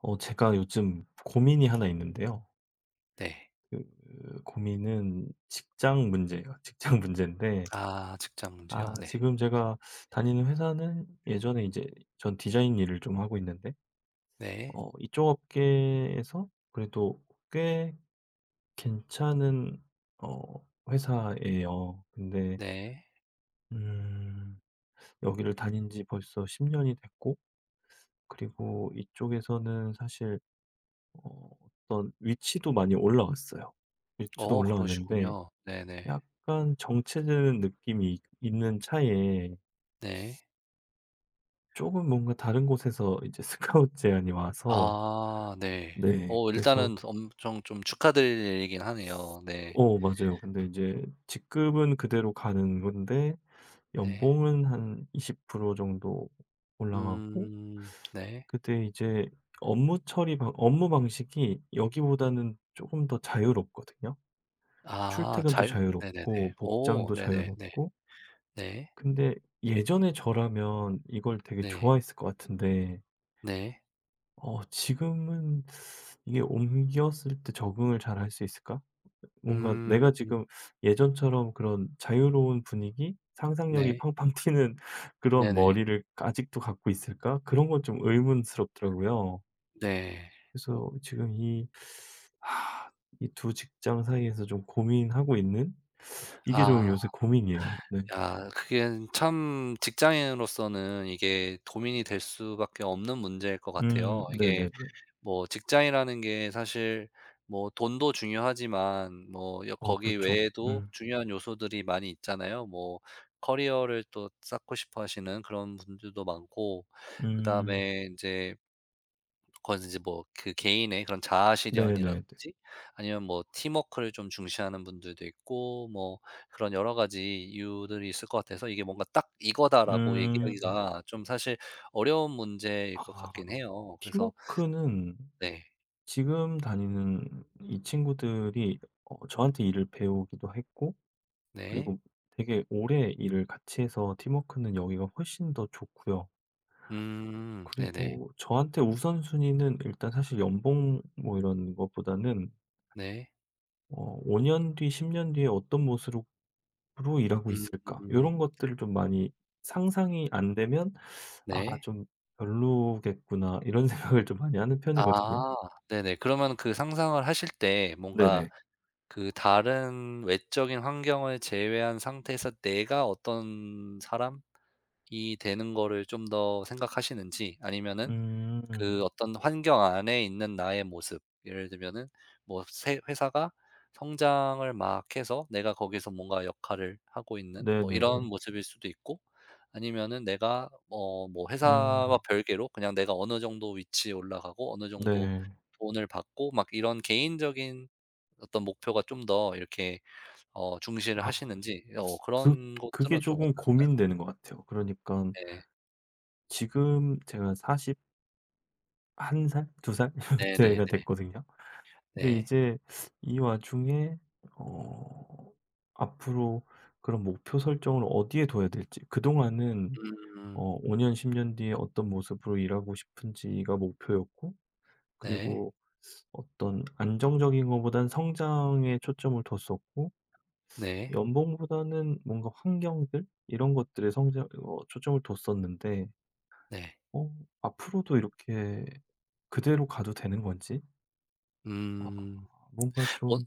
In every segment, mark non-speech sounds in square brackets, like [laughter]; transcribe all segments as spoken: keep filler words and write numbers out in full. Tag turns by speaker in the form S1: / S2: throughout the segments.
S1: 어 제가 요즘 고민이 하나 있는데요.
S2: 네.
S1: 그 그 고민은 직장 문제예요. [laughs] 직장 문제인데
S2: 아, 직장 문제요?
S1: 아
S2: 네.
S1: 지금 제가 다니는 회사는 예전에 이제 전 디자인 일을 좀 하고 있는데
S2: 네.
S1: 어 이쪽 업계에서 그래도 꽤 괜찮은 어 회사예요. 근데
S2: 네.
S1: 음 여기를 다닌 지 벌써 십 년이 됐고, 그리고 이쪽에서는 사실 어 어떤 위치도 많이 올라왔어요. 위치도
S2: 어
S1: 올라왔는데
S2: 그러시군요. 네네.
S1: 약간 정체되는 느낌이 있는 차에,
S2: 네.
S1: 조금 뭔가 다른 곳에서 이제 [laughs] 스카웃 제안이 와서
S2: 아, 네.
S1: 네. 네,
S2: 어
S1: 그래서
S2: 일단은 엄청 좀 축하드릴 일이긴 하네요. 네.
S1: 어 맞아요. 근데 이제 직급은 그대로 가는 건데
S2: 네.
S1: 연봉은 한 이십 프로 정도 올라가고,
S2: 음 네.
S1: 그때 이제 업무 처리 방 업무 방식이 여기보다는 조금 더 자유롭거든요.
S2: 아,
S1: 출퇴근도
S2: 자율. 네네네.
S1: 자유롭고
S2: 오,
S1: 복장도
S2: 네네. 네.
S1: 자유롭고.
S2: 네.
S1: 근데 예전에 저라면 이걸 되게
S2: 네.
S1: 좋아했을 것 같은데,
S2: 네.
S1: 어 지금은 이게 옮겼을 때 적응을 잘 할 수 있을까? 뭔가
S2: 음
S1: 내가 지금 예전처럼 그런 자유로운 분위기, 상상력이
S2: 네.
S1: 팡팡 튀는 [laughs] 그런
S2: 네네.
S1: 머리를 아직도 갖고 있을까? 그런 건 좀 의문스럽더라고요.
S2: 네.
S1: 그래서 지금 이 아이두 직장 사이에서 좀 고민하고 있는, 이게 좀
S2: 아,
S1: 요새 고민이에요. 네.
S2: 야, 그게 참 직장인으로서는 이게 고민이 될 수밖에 없는 문제일 것
S1: 음.
S2: 같아요. 이게
S1: 네네네.
S2: 뭐 직장이라는 게 사실 뭐 돈도 중요하지만 뭐 여
S1: 어
S2: 거기
S1: 그렇죠.
S2: 외에도
S1: 음.
S2: 중요한 요소들이 많이 있잖아요. 뭐 커리어를 또 쌓고 싶어 하시는 그런 분들도 많고,
S1: 음.
S2: 그다음에 이제 그건 이제 뭐 그 개인의 그런 자아
S1: 네네네.
S2: 실현이라든지, 아니면 뭐 팀워크를 좀 중시하는 분들도 있고. 뭐 그런 여러 가지 이유들이 있을 것 같아서 이게 뭔가 '딱 이거다.'라고
S1: 음.
S2: 얘기하기가 좀 사실 어려운 문제일 것 같긴
S1: 아.
S2: 해요. 그래서
S1: 팀워크는
S2: 네.
S1: 지금 다니는 이 친구들이 어 저한테 일을 배우기도 했고,
S2: 네.
S1: 그리고 되게 오래 일을 같이 해서 팀워크는 여기가 훨씬 더 좋고요.
S2: 음 네네.
S1: 그리고 저한테 우선순위는 일단 사실 연봉 뭐 이런 것보다는
S2: 네.
S1: 어 '오 년 뒤, 십 년 뒤에 어떤 모습으로 로 일하고
S2: 음
S1: 있을까?' 이런 것들을 좀 많이, 상상이 안 되면 '아
S2: 네.
S1: 좀 별로겠구나.' 이런 [laughs] 생각을 좀 많이 하는 편이거든요.
S2: 아, 네네. 그러면 그 상상을 하실 때 뭔가
S1: 네네.
S2: 그 다른 외적인 환경을 제외한 상태에서 내가 어떤 사람이 되는 거를 좀 더 생각하시는지, 아니면은
S1: 음.
S2: 그 어떤 환경 안에 있는 나의 모습, 예를 들면은 뭐 새 회사가 성장을 막 해서 내가 거기서 뭔가 역할을 하고 있는 뭐 이런
S1: 네네네.
S2: 모습일 수도 있고, 아니면은 내가 어 뭐 회사와
S1: 음.
S2: 별개로 그냥 내가 어느 정도 위치에 올라가고 어느 정도
S1: 네.
S2: 돈을 받고 막 이런 개인적인 어떤 목표가 좀 더 이렇게 어 중시를
S1: 아
S2: 하시는지, 어
S1: 그
S2: 그런
S1: 그게
S2: 것들은
S1: 조
S2: 좀
S1: 금
S2: 어떨까요?
S1: 고민되는 것 같아요. 그러니까
S2: 네.
S1: 지금 제가 마흔한 살? 두 살? [laughs] 때가
S2: 네네네.
S1: 됐거든요. 근데
S2: 네.
S1: 이제 이 와중에 어 앞으로 그런 목표 설정을 어디에 둬야 될지, 그동안은 어
S2: 음.
S1: '오 년, 십 년 뒤에 어떤 모습으로 일하고 싶은지.'가 목표였고,
S2: 네.
S1: 그리고 어떤 안정적인 거보단 성장에 초점을 뒀었고,
S2: 네.
S1: 연봉보다는 뭔가 환경들 이런 것들에 성장 어 초점을 뒀었는데,
S2: 네.
S1: 어 앞으로도 이렇게 그대로 가도 되는 건지, 아
S2: 음.
S1: 뭔가
S2: 뭐
S1: 좀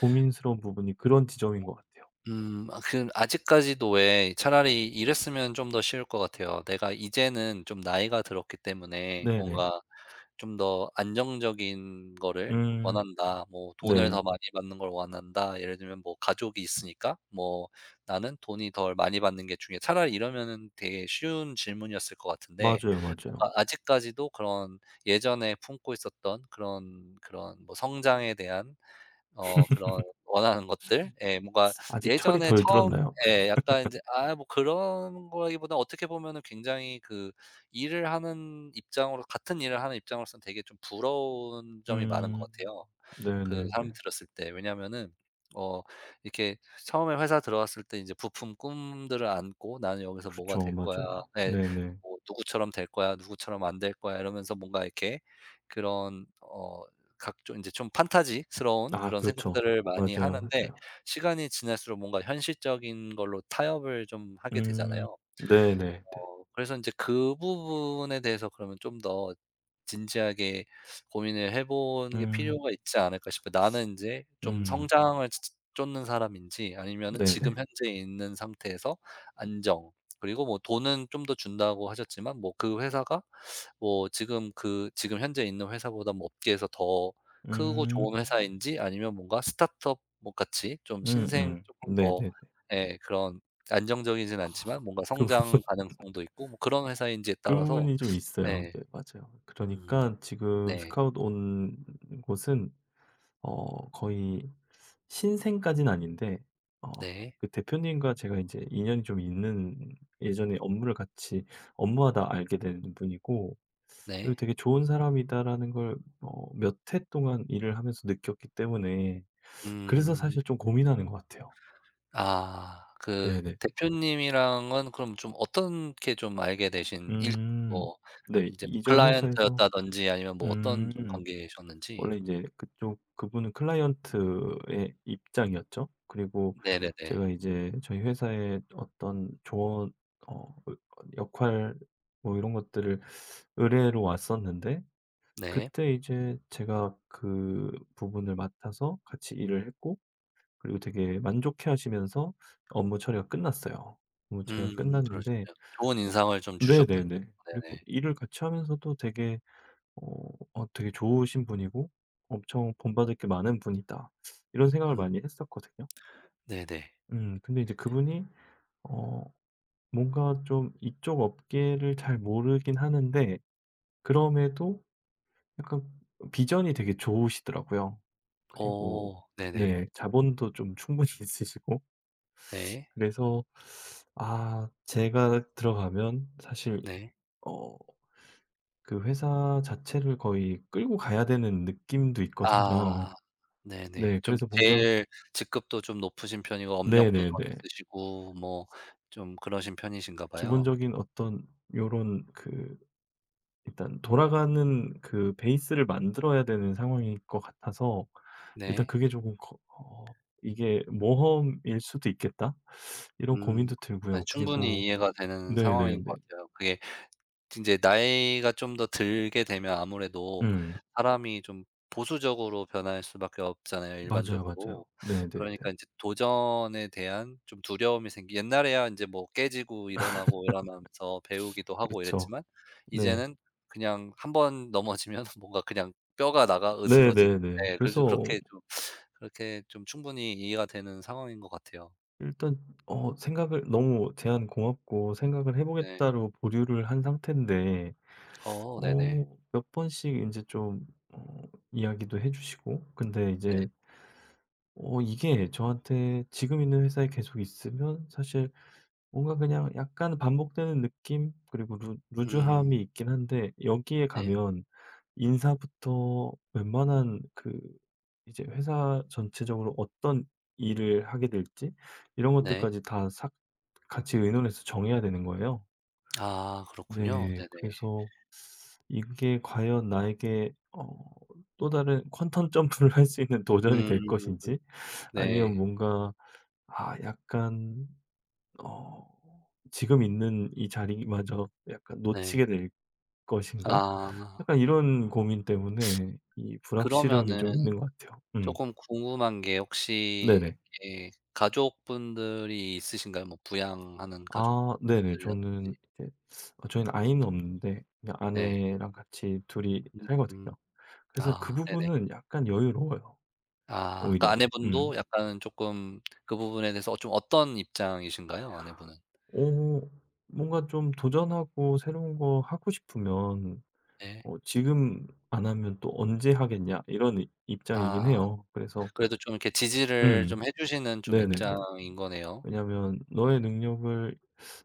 S1: 고민스러운 부분이 그런 지점인 것 같아요.
S2: 음 아, 그 아직까지도 왜 차라리 이랬으면 좀 더 쉬울 것 같아요. 내가 이제는 좀 나이가 들었기 때문에
S1: 네네.
S2: 뭔가 좀 더 안정적인 거를
S1: 음
S2: 원한다, 뭐 돈을
S1: 네.
S2: 더 많이 받는 걸 원한다, 예를 들면 뭐 가족이 있으니까 뭐 나는 돈이 덜 많이 받는 게 중요해. 차라리 이러면은 되게 쉬운 질문이었을 것 같은데,
S1: 맞아요, 맞아요.
S2: 뭔가 아직까지도 그런 예전에 품고 있었던 그런, 그런 뭐 성장에 대한 어 그런 원하는 것들, 예 뭔가
S1: 아직 철이
S2: 예전에
S1: 덜
S2: 처음,
S1: 들었나요?
S2: 예 약간 인제 아 뭐 그런 거라기보다 어떻게 보면은 굉장히 그 일을 하는 입장으로 같은 일을 하는 입장으로서는 되게 좀 부러운 점이 많은
S1: 음.
S2: 것 같아요. 그 사람
S1: 네네네.
S2: 들였을 때. 왜냐하면은 어 이렇게 처음에 회사 들어갔을 때 이제 부품 꿈들을 안고 '나는 여기서 뭐가
S1: 그렇죠.
S2: 될 거야.'
S1: 맞아요.
S2: 예.
S1: 네네.
S2: 뭐 '누구처럼 될 거야. 누구처럼 안 될 거야.' 이러면서 뭔가 이렇게 그런 어 각종 인제 좀 판타지스러운
S1: 아
S2: 그런
S1: 그렇죠.
S2: 생각들을 많이
S1: 맞아요,
S2: 하는데,
S1: 맞아요.
S2: 시간이 지날수록 뭔가 현실적인 걸로 타협을 좀 하게
S1: 음.
S2: 되잖아요.
S1: 네네네.
S2: 어 그래서 인제 그 부분에 대해서 그러면 좀 더 진지하게 고민을 해 보는 게
S1: 음.
S2: 필요가 있지 않을까 싶어요. '나는 인제 좀
S1: 음.
S2: 성장을 츠 츠 쫓는 사람인지, 아니면은 지금
S1: 네네.
S2: 현재 있는 상태에서 안정.' 그리고 뭐 돈은 좀 더 준다고 하셨지만 뭐 그 회사가 뭐 지금 그 지금 현재 있는 회사보다 뭐 업계에서 더 크고
S1: 음.
S2: 좋은 회사인지, 아니면 뭔가 스타트업 뭐 같이 좀 신생
S1: 음음.
S2: 조금 더,
S1: 네네네.
S2: 예 그런 안정적이진
S1: 아
S2: 않지만 뭔가
S1: 그 부분
S2: 성장
S1: [laughs]
S2: 가능성도 있고 뭐 그런 회사인지에
S1: 그
S2: 따라서.
S1: 부분이 좀 있어요.
S2: 네.
S1: 네. 맞아요.
S2: 음
S1: 그러니까 지금
S2: 네.
S1: 스카웃 온 곳은 어 거의 신생까진 아닌데, 어
S2: 네.
S1: 그 대표님과 제가 인제 인연이 좀 있는, 예전에 업무를 같이 업무하다 알게 된 분이고, 그리고
S2: 네.
S1: '되게 좋은 사람이다.'라는 걸 어 몇 해 동안 일을 하면서 느꼈기 때문에, 그래서
S2: 음.
S1: 사실 좀 고민하는 것 같아요.
S2: 아, 그
S1: 네네.
S2: 대표님이랑은 그럼 좀 어떻게 좀 알게 되신 일,
S1: 음.
S2: 뭐
S1: 네.
S2: 인제 뭐
S1: 이전 회사에서.
S2: 클라이언트였다든지 아니면 뭐 어떤 좀
S1: 음.
S2: 관계셨는지?
S1: 원래 이제 그쪽 그분은 클라이언트의 입장이었죠. 그리고
S2: 네네네.
S1: 제가 이제 저희 회사의 어떤 조언, 어 어 역할 뭐 이런 것들을 의뢰로 왔었는데,
S2: 네.
S1: 그때 이제 제가 그 부분을 맡아서 같이 일을 했고, 그리고 되게 만족해 하시면서 업무 처리가 끝났어요. 업무 처리가
S2: 음,
S1: 끝났는데
S2: 그러셨네요. 좋은
S1: 어
S2: 인상을 좀 주셨군요.
S1: 네네네. 그리고
S2: 네네.
S1: 일을 같이 하면서도 되게 어 어 '되게 좋으신 분이고 엄청 본받을 게 많은 분이다.' 이런 생각을
S2: 음
S1: 많이 했었거든요.
S2: 네네.
S1: 음 근데 이제 그분이 어 뭔가 좀 이쪽 업계를 잘 모르긴 하는데, 그럼에도 약간 비전이 되게 좋으시더라고요. 그리고
S2: 어 네네.
S1: 네, 자본도 좀 충분히 [laughs] 있으시고.
S2: 네.
S1: 그래서 아 제가 들어가면 사실
S2: 네.
S1: 어 그 회사 자체를 거의 끌고 가야 되는 느낌도
S2: 아,
S1: 있거든요.
S2: 네네.
S1: 네.
S2: 좀
S1: 그래서 뭔가
S2: 제일 직급도 좀 높으신 편이고 업력도 더
S1: 네네네.
S2: 있으시고 뭐 좀 그러신 편이신가 봐요.
S1: 기본적인 어떤 요런 그, 일단 돌아가는 그 베이스를 만들어야 되는 상황일 것 같아서 일단
S2: 네.
S1: 그게 조금 거- 어 '이게 모험일 수도 있겠다.' 이런
S2: 음.
S1: 고민도
S2: 네,
S1: 들고요.
S2: 충분히
S1: 그리고
S2: 이해가 되는 상황인
S1: 네네네.
S2: 것 같아요. 그게 이제 나이가 좀 더 들게 되면 아무래도
S1: 음.
S2: 사람이 좀 보수적으로 변할 수밖에 없잖아요,
S1: 맞아요,
S2: 일반적으로.
S1: 맞아요. 네네네.
S2: 그러니까 인제 도전에 대한 좀 두려움이 생기, 옛날에야 인제 뭐 깨지고 일어나고 이러면서 배우기도 하고
S1: 그렇죠.
S2: 이랬지만
S1: 네.
S2: 이제는 그냥 한번 넘어지면 [laughs] 뭔가 그냥 뼈가 나가 으스러지는.
S1: 네네네.
S2: 네, 그래서
S1: 그래서
S2: 그렇게 좀, 그렇게 좀 충분히 이해가 되는 상황인 것 같아요.
S1: 일단 어 생각을 너무 제안 고맙고 생각을 해
S2: 네.
S1: 보겠다로 보류를 한 상태인데,
S2: 어 네네.
S1: 어 몇 번씩 이제 좀 어 이야기도 해 주시고. 근데
S2: 네.
S1: 이제 어 이게 저한테 지금 있는 회사에 계속 있으면 사실 뭔가 그냥 약간 반복되는 느낌, 그리고 루
S2: 음.
S1: 루즈함이 있긴 한데, 여기에
S2: 네.
S1: 가면 인사부터 웬만한 그 이제 회사 전체적으로 어떤 일을 하게 될지 이런
S2: 네.
S1: 것들까지 다 싹 같이 의논해서 정해야 되는 거예요.
S2: 아, 그렇군요.
S1: 네.
S2: 네네.
S1: 그래서 이게 과연 나에게 어 또 다른 퀀텀 점프를 할 수 있는 도전이 될
S2: 음
S1: 것인지, 아니면
S2: 네.
S1: 뭔가 아 약간 어 지금 있는 이 자리마저 약간
S2: 네.
S1: 놓치게 될 것인가?
S2: 아,
S1: 약간 이런 고민 때문에 이 불확실함이
S2: 그러면은
S1: 좀 있는 것 같아요. 음.
S2: 쪼끔 궁금한 게, 혹시
S1: 네네.
S2: 이렇게 가족분들이 있으신가요? 뭐 부양하는
S1: 아 네네. 저는
S2: 가족들이라든지.
S1: 이제 어 저희는 아이는 없는데 그냥
S2: 네.
S1: 아내랑 같이 둘이
S2: 음음.
S1: 살거든요. 그래서 그
S2: 아, 네네.
S1: 부분은 약간 여유로워요,
S2: 아, 그러니까
S1: 오히려. 음.
S2: 아내분도 약간 쪼끔 그 부분에 대해서 좀 어떤 입장이신가요? 아내분은?
S1: 어 뭔가 좀 도전하고 새로운 거 하고 싶으면
S2: 네.
S1: 어 '지금 안 하면 또 언제 하겠냐.' 이런 이 입장이긴
S2: 아,
S1: 해요. 그래서.
S2: 그래도 좀 이렇게 지지를
S1: 음.
S2: 좀 해 주시는 좀
S1: 네네. 네.
S2: 입장인 거네요.
S1: 왜냐하면 너의 능력을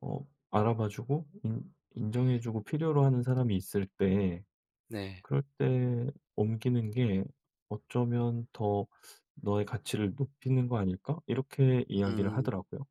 S1: 어 알아봐 주고 인 인정해 주고 필요로 하는 사람이 있을 때,
S2: 네.
S1: 그럴 때 옮기는 게 어쩌면 '더 너의 가치를 높이는 거 아닐까?' 이렇게 이야기를
S2: 음.
S1: 하더라고요.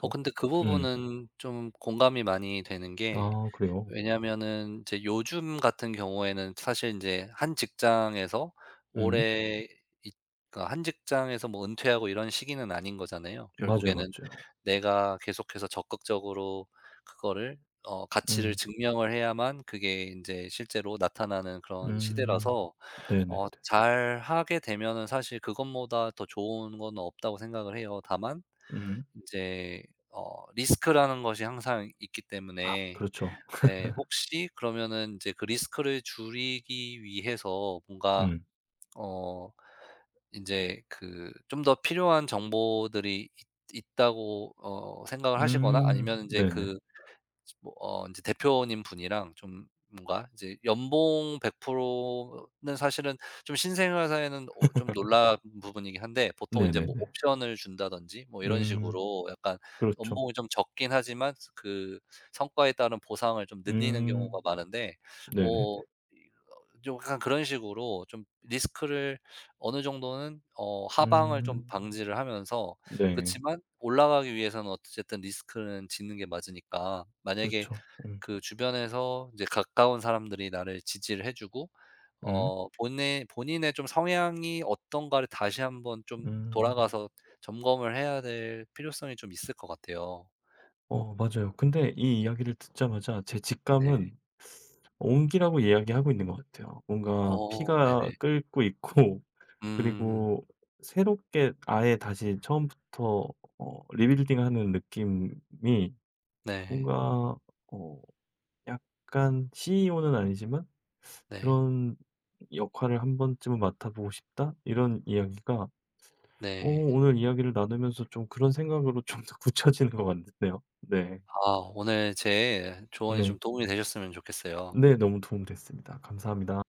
S2: 어 근데 그
S1: 음.
S2: 부분은 좀 공감이 많이 되는 게,
S1: 아 그래요?
S2: 왜냐하면은 이제 요즘 같은 경우에는 사실 이제 한 직장에서
S1: 음.
S2: 오래 있, 그러니까 한 직장에서 뭐 은퇴하고 이런 시기는 아닌 거잖아요, 네,
S1: 맞아요,
S2: 결국에는.
S1: 맞아요.
S2: 내가 계속해서 적극적으로 그거를 어 가치를
S1: 음.
S2: 증명을 해야만 그게 이제 실제로 나타나는 그런
S1: 음.
S2: 시대라서
S1: 네네네.
S2: 어 잘하게 되면은 사실 그것보다 더 좋은 건 없다고 생각을 해요. 다만
S1: 음.
S2: 이제 어 리스크라는 것이 항상 있기
S1: 아
S2: 때문에.
S1: 그렇죠.
S2: 네. 혹시 그러면은 인제 그 리스크를 줄이기 위해서 뭔가
S1: 음.
S2: 어 인제 그 좀 더 필요한 정보들이 있, 있다고 어 생각을 하시거나,
S1: 음.
S2: 아니면 인제
S1: 네네.
S2: 그 뭐어제 대표님 분이랑 좀 뭔가 이제 연봉 백 퍼센트는 사실은 좀 신생회사에는좀 놀라운 부분이긴 한데, 보통 이제 뭐
S1: 네네네.
S2: 옵션을 준다든지 뭐 이런
S1: 음.
S2: 식으로 약간
S1: 그렇죠.
S2: 연봉이 좀 적긴 하지만 그 성과에 따른 보상을 좀 늘리는
S1: 음.
S2: 경우가 많은데,
S1: 네네네.
S2: 뭐 어 좀 약간 그런 식으로 좀 리스크를 어느 정도는 어 하방을 좀
S1: 음.
S2: 방지를 하면서,
S1: 네.
S2: 그치만 올라가기 위해서는 어쨌든 리스크는 짓는 게 맞으니까, 만약에
S1: 그렇죠. 음.
S2: 그 주변에서 이제 가까운 사람들이 나를 지지를 해 주고
S1: 음.
S2: 어 본의 본인의 좀 성향이 어떤가를 다시 한번 좀
S1: 음.
S2: 돌아가서 점검을 해야 될 필요성이 좀 있을 것 같아요.
S1: 어 맞아요. 근데 이 이야기를 듣자마자 제
S2: 네.
S1: 직감은 온기라고 이야기하고 있는 것 같아요. 뭔가
S2: 어
S1: 피가
S2: 네네.
S1: 끓고 있고 [laughs]
S2: 음
S1: 그리고 새롭게 아예 다시 처음부터 어 리빌딩하는 느낌이
S2: 네.
S1: 뭔가 어 약간 씨이오는 아니지만
S2: 네.
S1: 그런 역할을 '한 번쯤은 맡아보고 싶다.' 이런 이야기가 어
S2: 네.
S1: 오늘 이야기를 나누면서 좀 그런 생각으로 좀 더 [laughs] 굳혀지는 것 같네요. 네.
S2: 아, 오늘 제 조언이 좀
S1: 네.
S2: 도움이 되셨으면 좋겠어요.
S1: 네. 너무 도움됐습니다. 감사합니다.